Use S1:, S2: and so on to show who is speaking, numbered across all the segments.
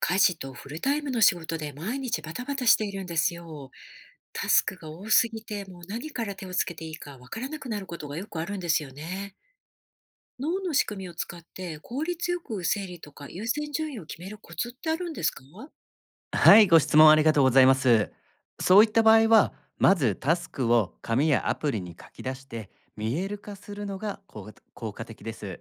S1: 家事とフルタイムの仕事で毎日バタバタしているんですよ。タスクが多すぎて、もう何から手をつけていいかわからなくなることがよくあるんですよね。脳の仕組みを使って効率よく整理とか優先順位を決めるコツってあるんですか？
S2: はい、ご質問ありがとうございます。そういった場合は、まずタスクを紙やアプリに書き出して見える化するのが効果的です。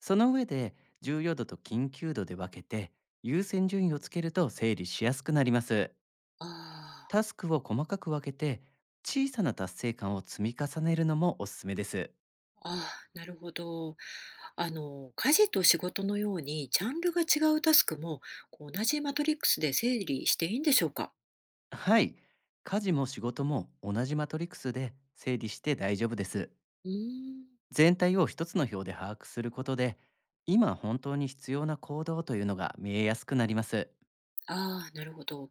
S2: その上で重要度と緊急度で分けて優先順位をつけると整理しやすくなります。
S1: あ
S2: タスクを細かく分けて小さな達成感を積み重ねるのもおすすめです。
S1: あ、あーあー、なるほど。あの、家事と仕事のようにジャンルが違うタスクも、こう同じマトリックスで整理していいんでしょうか？
S2: はい、家事も仕事も同じマトリックスで整理して大丈夫です。
S1: うーん、
S2: 全体を一つの表で把握することで今本当に必要な行動というのが見えやすくなります。
S1: ああ、なるほど。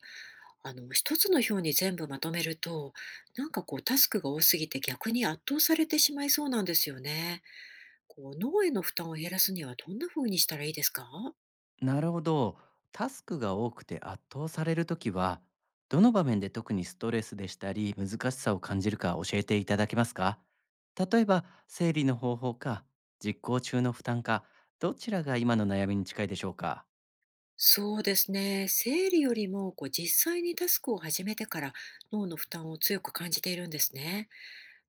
S1: あの、一つの表に全部まとめると、なんかこうタスクが多すぎて逆に圧倒されてしまいそうなんですよね。こう脳への負担を減らすにはどんな風にしたらいいですか？
S2: なるほど。タスクが多くて圧倒されるときは、どの場面で特にストレスでしたり難しさを感じるか教えていただけますか？例えば整理の方法か、実行中の負担か、どちらが今の悩みに近いでしょうか？
S1: そうですね。生理よりもこう実際にタスクを始めてから脳の負担を強く感じているんですね。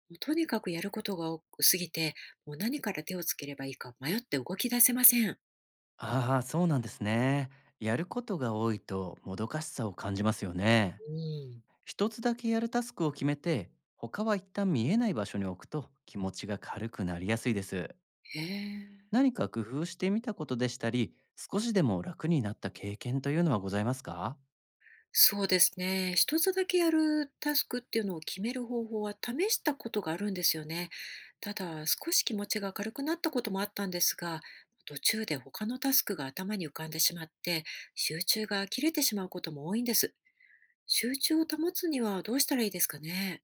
S1: もうとにかくやることが多すぎて、もう何から手をつければいいか迷って動き出せません。
S2: ああー、そうなんですね。やることが多いともどかしさを感じますよね。
S1: うん。
S2: 一つだけやるタスクを決めて、他は一旦見えない場所に置くと気持ちが軽くなりやすいです。
S1: へえ。
S2: 何か工夫してみたことでしたり、少しでも楽になった経験というのはございますか？
S1: そうですね。一つだけやるタスクっていうのを決める方法は試したことがあるんですよね。ただ、少し気持ちが軽くなったこともあったんですが、途中で他のタスクが頭に浮かんでしまって、集中が切れてしまうことも多いんです。集中を保つにはどうしたらいいですかね。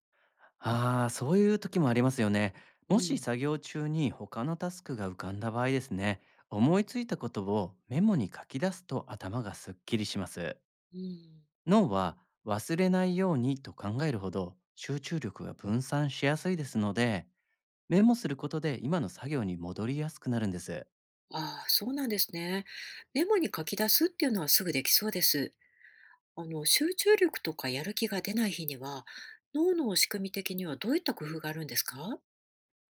S2: ああー、そういう時もありますよね。
S1: う
S2: もし
S1: ん。
S2: 作業中に他のタスクが浮かんだ場合ですね、思いついたことをメモに書き出すと頭がすっきりします。
S1: うん。
S2: 脳は忘れないようにと考えるほど集中力が分散しやすいですので、メモすることで今の作業に戻りやすくなるんです。
S1: ああ、そうなんですね。メモに書き出すっていうのはすぐできそうです。あの、集中力とかやる気が出ない日には、脳の仕組み的にはどういった工夫があるんですか？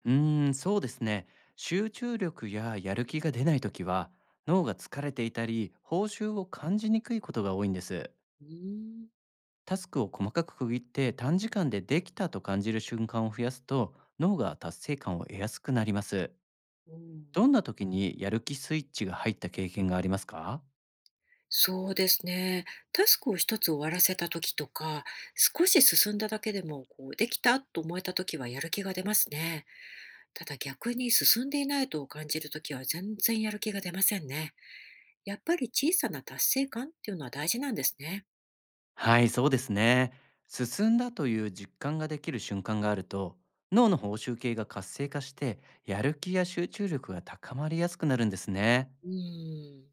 S2: そうですね。集中力ややる気が出ないときは、脳が疲れていたり、報酬を感じにくいことが多いんです。
S1: うーん、
S2: タスクを細かく区切って短時間でできたと感じる瞬間を増やすと、脳が達成感を得やすくなります。
S1: うん、
S2: どんな時にやる気スイッチが入った経験がありますか？
S1: そうですね。タスクを一つ終わらせた時とか、少し進んだだけでも、こう、できたと思えた時はやる気が出ますね。ただ逆に進んでいないと感じる時は全然やる気が出ませんね。やっぱり小さな達成感っていうのは大事なんですね。
S2: はい、そうですね。進んだという実感ができる瞬間があると、脳の報酬系が活性化して、やる気や集中力が高まりやすくなるんですね。
S1: うーん。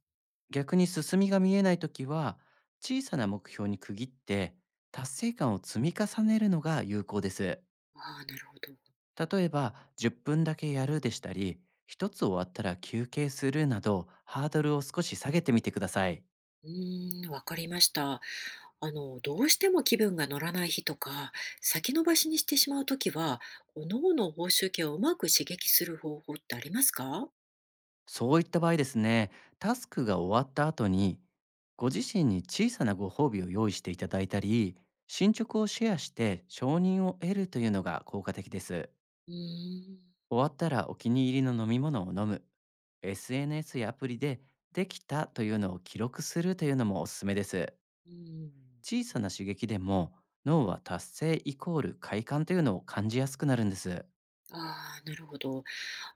S2: 逆に進みが見えないときは、小さな目標に区切って、達成感を積み重ねるのが有効です。
S1: ああ、なるほど。
S2: 例えば、10分だけやるでしたり、一つ終わったら休憩するなど、ハードルを少し下げてみてください。
S1: うーん、わかりました。あの、どうしても気分が乗らない日とか、先延ばしにしてしまうときは、こう脳の報酬系をうまく刺激する方法ってありますか？
S2: そういった場合ですね、タスクが終わった後に、ご自身に小さなご褒美を用意していただいたり、進捗をシェアして承認を得るというのが効果的です。
S1: うーん。
S2: 終わったらお気に入りの飲み物を飲む。SNS やアプリでできたというのを記録するというのもおすすめです。
S1: うん。
S2: 小さな刺激でも脳は達成イコール快感というのを感じやすくなるんです。
S1: ああ、なるほど。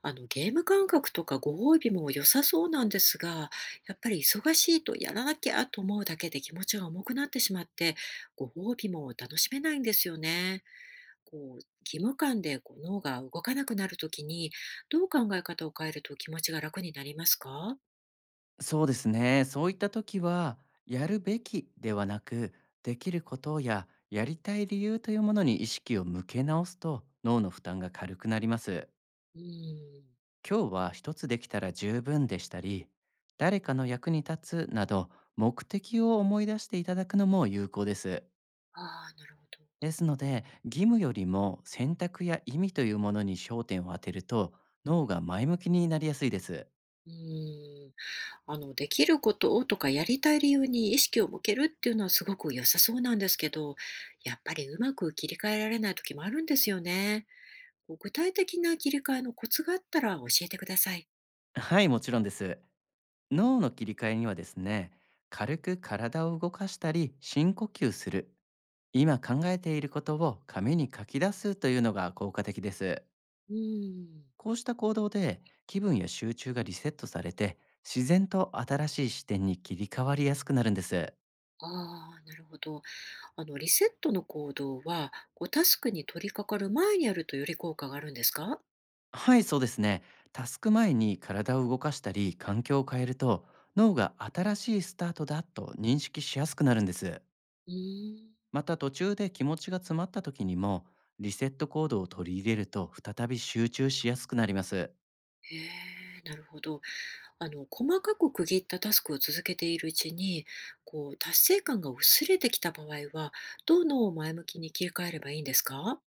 S1: あの、ゲーム感覚とかご褒美も良さそうなんですが、やっぱり忙しいとやらなきゃと思うだけで気持ちが重くなってしまって、ご褒美も楽しめないんですよね。こう、義務感でこう脳が動かなくなるときに、どう考え方を変えると気持ちが楽になりますか？
S2: そうですね。そういった時は、やるべきではなく、できることややりたい理由というものに意識を向け直すと、脳の負担が軽くなります。
S1: うん。
S2: 今日は一つできたら十分でしたり、誰かの役に立つなど、目的を思い出していただくのも有効です。
S1: ああ、なるほど。
S2: ですので、義務よりも選択や意味というものに焦点を当てると、脳が前向きになりやすいです。
S1: うん。あの、できることをとか、やりたい理由に意識を向けるっていうのはすごく良さそうなんですけど、やっぱりうまく切り替えられない時もあるんですよね。こう具体的な切り替えのコツがあったら教えてください。
S2: はい、もちろんです。脳の切り替えにはですね、軽く体を動かしたり深呼吸する、今考えていることを紙に書き出すというのが効果的です。
S1: うん。
S2: こうした行動で気分や集中がリセットされて、自然と新しい視点に切り替わりやすくなるんです。
S1: ああ、なるほど。あの、リセットの行動は、こう、タスクに取り掛かる前にやるとより効果があるんですか？
S2: はい、そうですね。タスク前に体を動かしたり環境を変えると、脳が新しいスタートだと認識しやすくなるんです。
S1: うーん。
S2: また途中で気持ちが詰まった時にも、リセットコードを取り入れると再び集中しやすくなります。
S1: へえ、なるほど。あの、細かく区切ったタスクを続けているうちに、こう、達成感が薄れてきた場合は、どう脳を前向きに切り替えればいいんですか？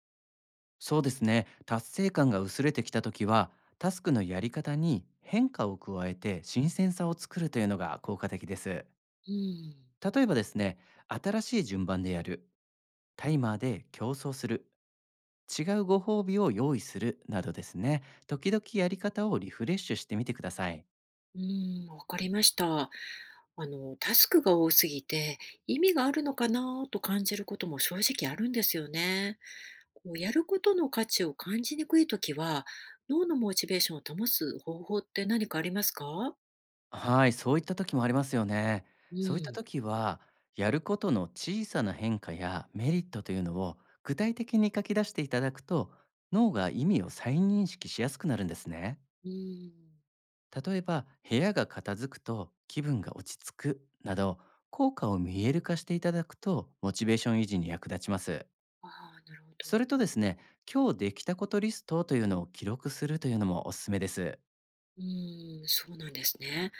S2: そうですね。達成感が薄れてきた時は、タスクのやり方に変化を加えて新鮮さを作るというのが効果的です。
S1: うん。
S2: 例えばですね、新しい順番でやる、タイマーで競争する、違うご褒美を用意するなどですね、時々やり方をリフレッシュしてみてください。
S1: うん、わかりました。あの、タスクが多すぎて、意味があるのかなと感じることも正直あるんですよね。こうやることの価値を感じにくいときは、脳のモチベーションを保つ方法って何かありますか？
S2: はい、そういった時もありますよね。
S1: う
S2: そういった
S1: ん。
S2: 時は、やることの小さな変化やメリットというのを具体的に書き出していただくと、脳が意味を再認識しやすくなるんですね。
S1: うん。
S2: 例えば、部屋が片付くと気分が落ち着くなど、効果を見える化していただくと、モチベーション維持に役立ちます。
S1: ああ、なるほど。
S2: それとですね、今日できたことリストというのを記録するというのもおすすめです。
S1: うん、そうなんですね。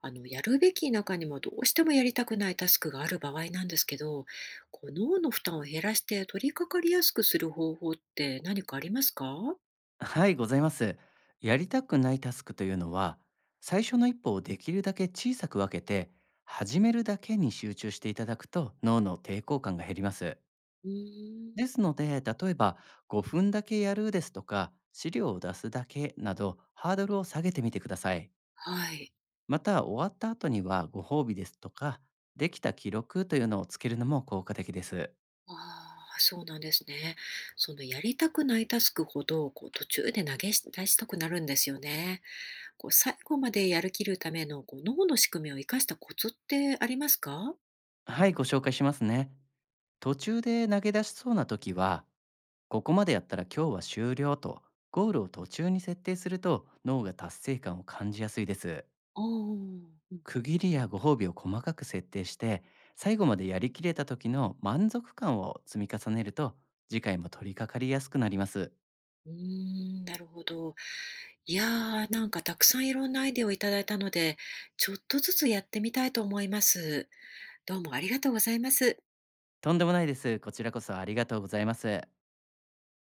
S1: あの、やるべき中にもどうしてもやりたくないタスクがある場合なんですけど、こう脳の負担を減らして取り掛かりやすくする方法って何かありますか？
S2: はい、ございます。やりたくないタスクというのは、最初の一歩をできるだけ小さく分けて、始めるだけに集中していただくと脳の抵抗感が減ります。
S1: う
S2: で
S1: ーん。
S2: すので、例えば5分だけやるですとか、資料を出すだけなどハードルを下げてみてください。
S1: はい。
S2: また、終わった後にはご褒美ですとか、できた記録というのをつけるのも効果的です。
S1: ああ、そうなんですね。そのやりたくないタスクほど、こう途中で投げし出したくなるんですよね。こう最後までやるきるためのこう脳の仕組みを生かしたコツってありますか？
S2: はい、ご紹介しますね。途中で投げ出しそうな時は、ここまでやったら今日は終了と、ゴールを途中に設定すると脳が達成感を感じやすいです。
S1: ああ、うん、
S2: 区切りやご褒美を細かく設定して、最後までやりきれた時の満足感を積み重ねると、次回も取り掛かりやすくなります。
S1: うーん、なるほど。いやー、なんかたくさんいろんなアイデアをいただいたので、ちょっとずつやってみたいと思います。どうもありがとうございます。
S2: とんでもないです。こちらこそありがとうございます。